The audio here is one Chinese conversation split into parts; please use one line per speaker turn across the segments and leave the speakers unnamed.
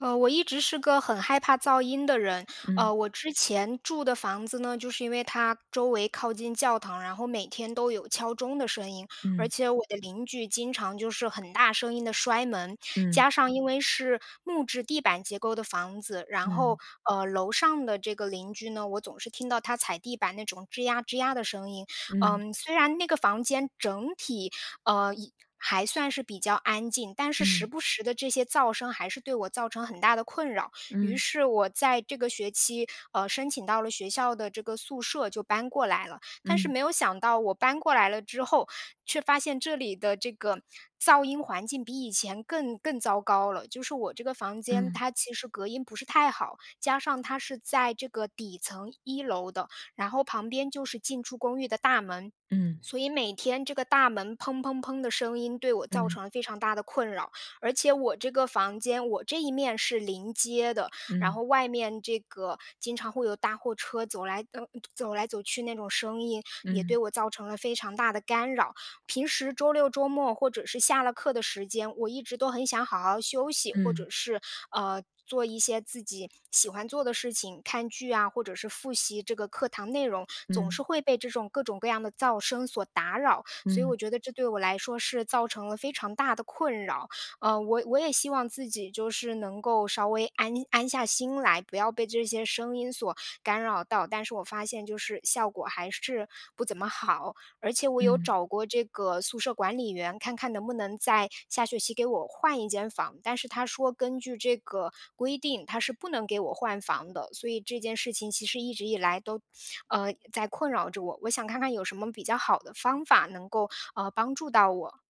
我一直是个很害怕噪音的人。
嗯
我之前住的房子呢，就是因为它周围靠近教堂，然后每天都有敲钟的声音，而
嗯
且我的邻居经常就是很大声音的摔门，
嗯
加上因为是木质地板结构的房子，然
嗯
后楼上的这个邻居呢，我总是听到他踩地板那种吱呀吱呀的声音。
嗯
嗯，虽然那个房间整体呃，一还算是比较安静，但是
嗯
时
嗯
不时的这些噪声还是对我造成很大的困扰。于
嗯
是我在这个学期，申请到了学校的这个宿舍，就搬过来了。但是
嗯
没有想到，我搬过来了之后，却发现这里的这个噪音环境比以前更糟糕了。就是我这个房间，
嗯
它其实隔音不是太好，加上它是在这个底层一楼的，然后旁边就是进出公寓的大门。
嗯
所以每天这个大门"砰砰砰"的声音对我造成了非常大的困扰，而且我这个房间，我这一面是临街的，然
嗯
后外面这个经常会有大货车走来，走来走去那种声音，也
嗯
对我造成了非常大的干扰。平时周六周末或者是下了课的时间，我一直都很想好好休息，或
嗯
者是做一些自己喜欢做的事情，看剧啊，或者是复习这个课堂内容，总
嗯
是会被这种各种各样的噪声所打扰。所以我觉得这对我来说是造成了非常大的困扰。我也希望自己就是能够稍微安安下心来，不要被这些声音所干扰到。但是我发现就是效果还是不怎么好。而且我有
嗯。
找过这个宿舍管理员，看看能不能在下学期给我换一间房，但是他说根据这个规定，他是不能给我换房的。所以这件事情其实一直以来都，在困扰着我。我想看看有什么比较好的方法能够帮助到我。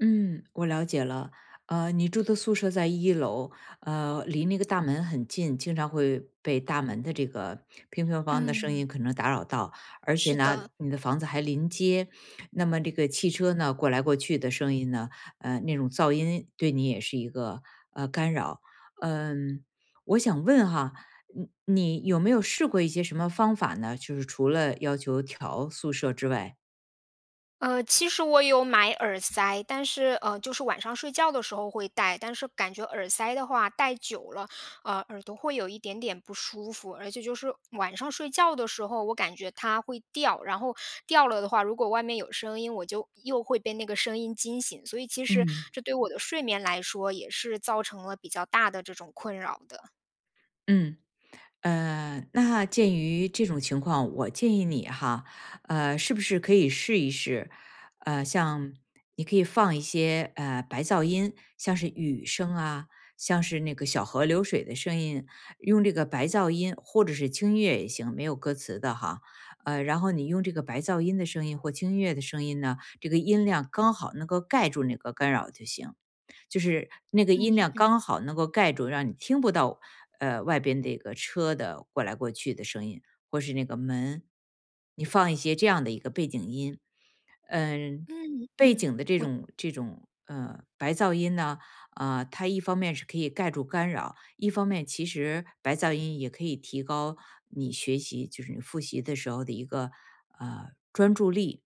嗯，我了解了。你住的宿舍在1楼，离那个大门很近，经常会被大门的这个乒乒乓乓的声
嗯，
音可能打扰到，而且
是
呢，
的，
你的房子还临街，那么这个汽车呢过来过去的声音呢，那种噪音对你也是一个干扰。嗯，我想问哈，你有没有试过一些什么方法呢？就是除了要求调宿舍之外，
其实我有买耳塞，但是，就是晚上睡觉的时候会戴，但是感觉耳塞的话戴久了，耳朵会有一点点不舒服，而且就是晚上睡觉的时候，我感觉它会掉，然后掉了的话，如果外面有声音，我就又会被那个声音惊醒，所以其实
嗯。
这对我的睡眠来说也是造成了比较大的这种困扰的。
嗯。那鉴于这种情况，我建议你哈，是不是可以试一试？像你可以放一些白噪音，像是雨声啊，像是那个小河流水的声音，用这个白噪音或者是轻音乐也行，没有歌词的哈。然后你用这个白噪音的声音或轻音乐的声音呢，这个音量刚好能够盖住那个干扰就行。就是那个音量
嗯
刚好能够盖住，让你听不到，外边这个车的过来过去的声音，或是那个门。你放一些这样的一个背景音，嗯，
嗯
背
嗯。
景的这种，白噪音呢，啊，它一方面是可以盖住干扰，一方面其实白噪音也可以提高你学习，就是你复习的时候的一个，专注力。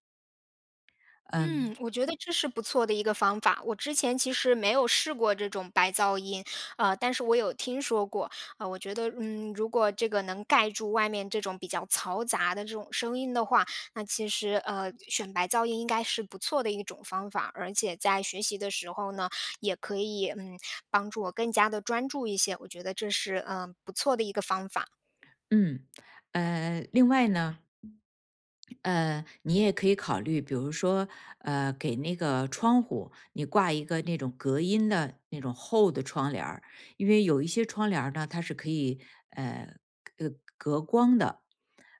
嗯，
嗯，我觉得这是不错的一个方法。我之前其实没有试过这种白噪音，但是我有听说过。我觉得，嗯，如果这个能盖住外面这种比较嘈杂的这种声音的话，那其实选白噪音应该是不错的一种方法。而且在学习的时候呢，也可以嗯帮助我更加的专注一些。我觉得这是嗯、不错的一个方法。
嗯，另外呢你也可以考虑，比如说，给那个窗户你挂一个那种隔音的那种厚的窗帘儿，因为有一些窗帘儿呢，它是可以，呃，呃，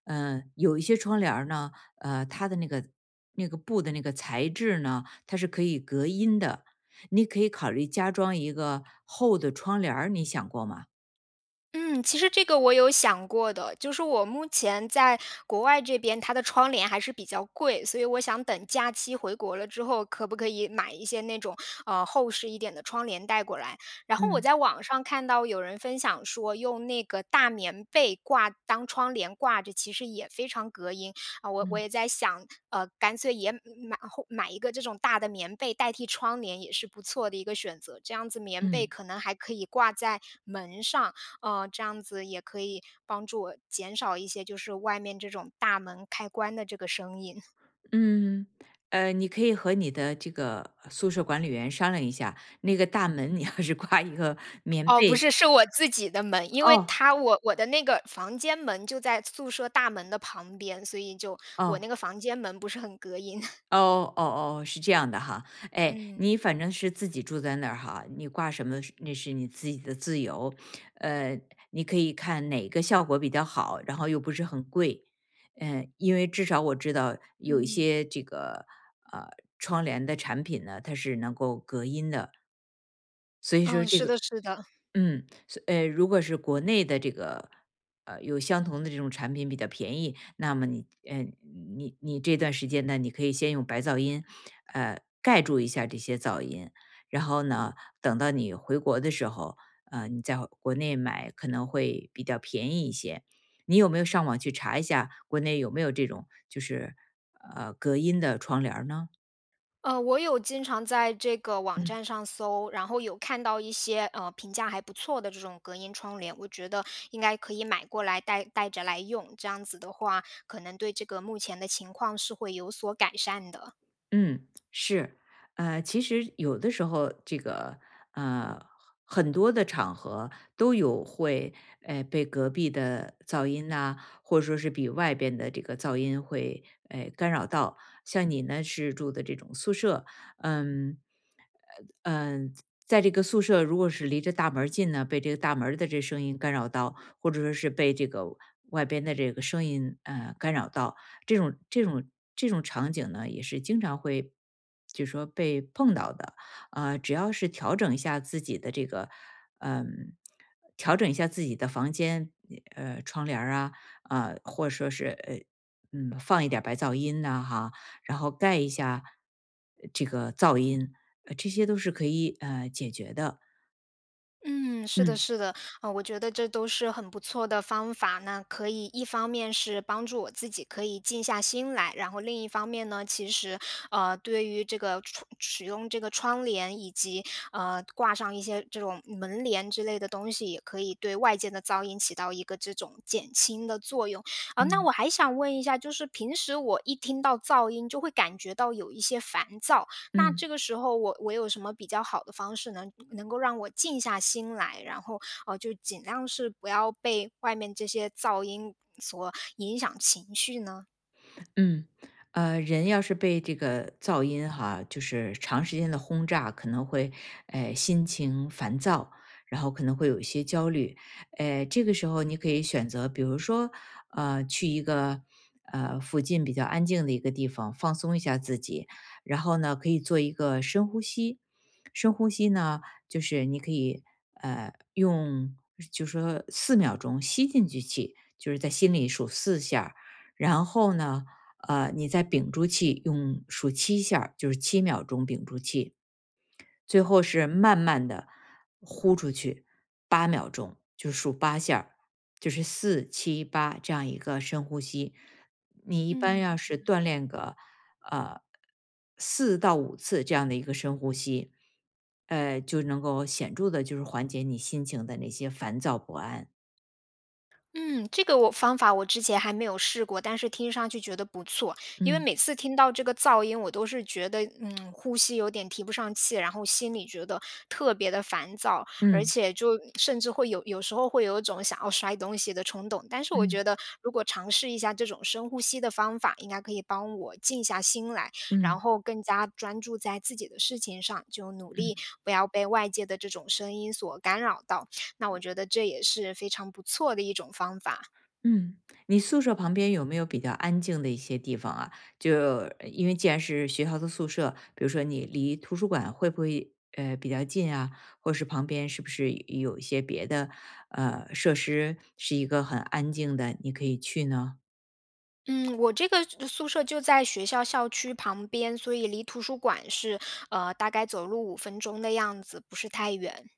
有一些窗帘儿呢，它的那个布的那个材质呢，它是可以隔音的。你可以考虑加装一个厚的窗帘儿，你想过吗？
嗯，其实这个我有想过的，就是我目前在国外这边，它的窗帘还是比较贵，所以我想等假期回国了之后，可不可以买一些那种厚实一点的窗帘带过来？然后我
嗯
在网上看到有人分享说，用那个大棉被挂当窗帘挂着，其实也非常隔音啊、我
嗯
也在想，干脆也买一个这种大的棉被代替窗帘，也是不错的一个选择。这样子棉被
嗯。
可能还可以挂在门上。这样子也可以帮助我减少一些就是外面这种大门开关的这个声音。
嗯，你可以和你的这个宿舍管理员商量一下，那个大门 你要是挂一个棉
哦，不
被，
是，是我自己的门，因为
哦
它我的那个房间门就在宿舍大门的旁边，所以就我
哦
那个房间门不是很隔音。
哦哦哦，是这样的哈，哎，
嗯，
你反正是自己住在那儿哈，你挂什么是那是你自己的自由，呃，你可以看哪个效果比较好，然后又不是很贵，嗯、因为至少我知道有一
嗯，
些这个呃窗帘的产品呢，它是能够隔音的，所以说
嗯，
这
是
个
的是的。
如果是国内的这个，有相同的这种产品比较便宜，那么你，你这段时间呢，你可以先用白噪音，盖住一下这些噪音，然后呢，等到你回国的时候，你在国内买可能会比较便宜一些。你有没有上网去查一下国内有没有这种就是隔音的窗帘儿呢？
我有经常在这个网
嗯。
站上搜，然后有看到一些评价还不错的这种隔音窗帘，我觉得应该可以买过来带着来用，这样子的话，可能对这个目前的情况是会有所改善的。
嗯，是，其实有的时候这个呃，很多的场合都有会，被隔壁的噪音呐、或者说是比外边的这个噪音会，干扰到。像你呢是住的这种宿舍，嗯，嗯，在这个宿舍如果是离着大门儿近呢，被这个大门儿的这声音干扰到，或者说是被这个外边的这个声音干扰到，这种这种这种场景呢，也是经常会就说被碰到的。只要是调整一下自己的这个，嗯、调整一下自己的房间，窗帘儿啊，啊、或者说是嗯，放一点儿白噪音呐、哈，然后盖一下这个噪音，这些都是可以解决的。
嗯，是的，
嗯
是的，啊，我觉得这都是很不错的方法。那可以一方面是帮助我自己可以静下心来，然后另一方面呢，其实对于这个窗使用这个窗帘以及挂上一些这种门帘之类的东西，也可以对外界的噪音起到一个这种减轻的作用。啊、那
嗯
我还想问一下，就是平时我一听到噪音就会感觉到有一些烦躁，那
嗯，
这个时候我有什么比较好的方式呢？能够让我静下心来，然后，就尽量是不要被外面这些噪音所影响情绪呢？
嗯，人要是被这个噪音哈，就是长时间的轰炸，可能会，心情烦躁，然后可能会有一些焦虑。这个时候你可以选择，比如说，去一个附近比较安静的一个地方放松一下自己，然后呢，可以做一个深呼吸。深呼吸呢，就是你可以用，就说4秒钟吸进去气，就是在心里数4下儿然后呢，你再屏住气，用数7下儿就是7秒钟屏住气，最后是慢慢的呼出去8秒钟，就是数8下儿就是478这样一个深呼吸。你一般要
嗯。
是锻炼个呃4到5次这样的一个深呼吸，就能够显著的就是缓解你心情的那些烦躁不安。
嗯，这个我方法我之前还没有试过，但是听上去觉得不错。因为
嗯
每次听到这个噪音，我都是觉得，嗯，呼吸有点提不上气，然后心里觉得特别的烦躁，而
嗯
且就甚至会有时候会有一种想要摔东西的冲动。但是我
嗯
觉得，如果尝试一下这种深呼吸的方法，应该可以帮我静下心来，然
嗯
后更加专注在自己的事情上，就努力
嗯。
不要被外界的这种声音所干扰到。那我觉得这也是非常不错的一种方法。
嗯，你宿舍旁边有没有比较安静的一些地方啊？就因为既然是学校的宿舍，比如说你离图书馆会不会比较近啊？或是旁边是不是有一些别的设施是一个很安静的，你可以去呢？
嗯，我这个宿舍就在学校校区旁边，所以离图书馆是，大概走路5分钟的样子，不是太远。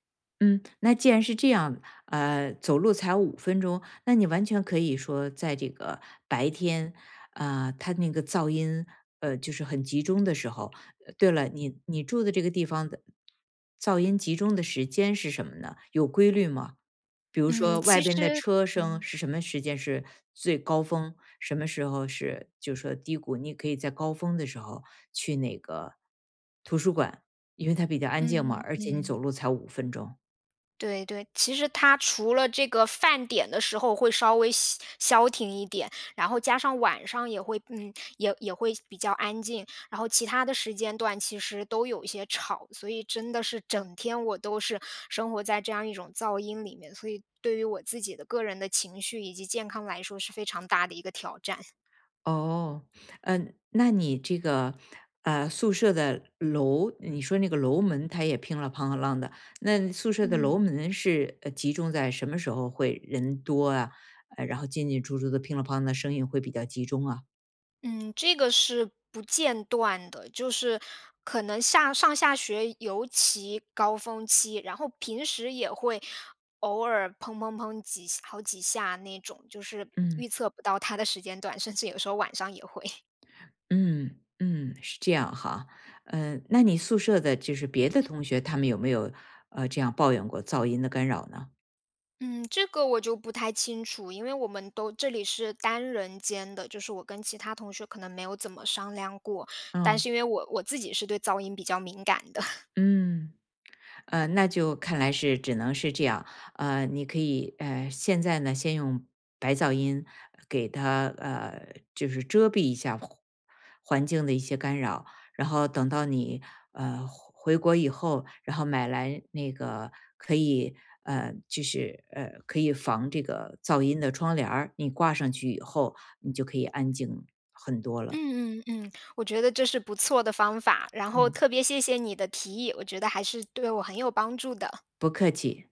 嗯，那既然是这样，走路才五分钟，那你完全可以说在这个白天，啊，它那个噪音，就是很集中的时候对了，你住的这个地方的噪音集中的时间是什么呢？有规律吗？比如
嗯，
说外
其
边的
实
车声
嗯，
是什么时间是最高峰，什么时候是就是说低谷，你可以在高峰的时候去那个图书馆，因为它比较安静嘛，
嗯
而且你
嗯。
走路才五分钟。
对对，其实它除了这个饭点的时候会稍微消消停一点，然后加上晚上也会，嗯，也会比较安静，然后其他的时间段其实都有一些吵，所以真的是整天我都是生活在这样一种噪音里面，所以对于我自己的个人的情绪以及健康来说是非常大的一个挑战。
哦，嗯，那你这个，宿舍的楼，你说那个楼门它也乒了乓啷的，那宿舍的楼
嗯。
门是集中在什么时候会人多啊？然后进进出出的乒了乓的声音会比较集中啊？
嗯，这个是不间断的，就是可能下上下学尤其高峰期，然后平时也会偶尔砰砰砰几好几下那种，就是
嗯
预测不到它的时间段，甚至有时候晚上也会。
嗯嗯，是这样哈。嗯，那你宿舍的就是别的同学，他们有没有这样抱怨过噪音的干扰呢？
嗯，这个我就不太清楚，因为我们都这里是单人间的，就是我跟其他同学可能没有怎么商量过，但
嗯
是因为我自己是对噪音比较敏感的。
嗯。那就看来是只能是这样。你可以现在呢，先用白噪音给它就是遮蔽一下环境的一些干扰，然后等到你回国以后，然后买来那个可以就是可以防这个噪音的窗帘儿，你挂上去以后，你就可以安静很多了。
嗯嗯嗯，我觉得这是不错的方法，然后
嗯，
特别谢谢你的提议，我觉得还是对我很有帮助的。
不客气。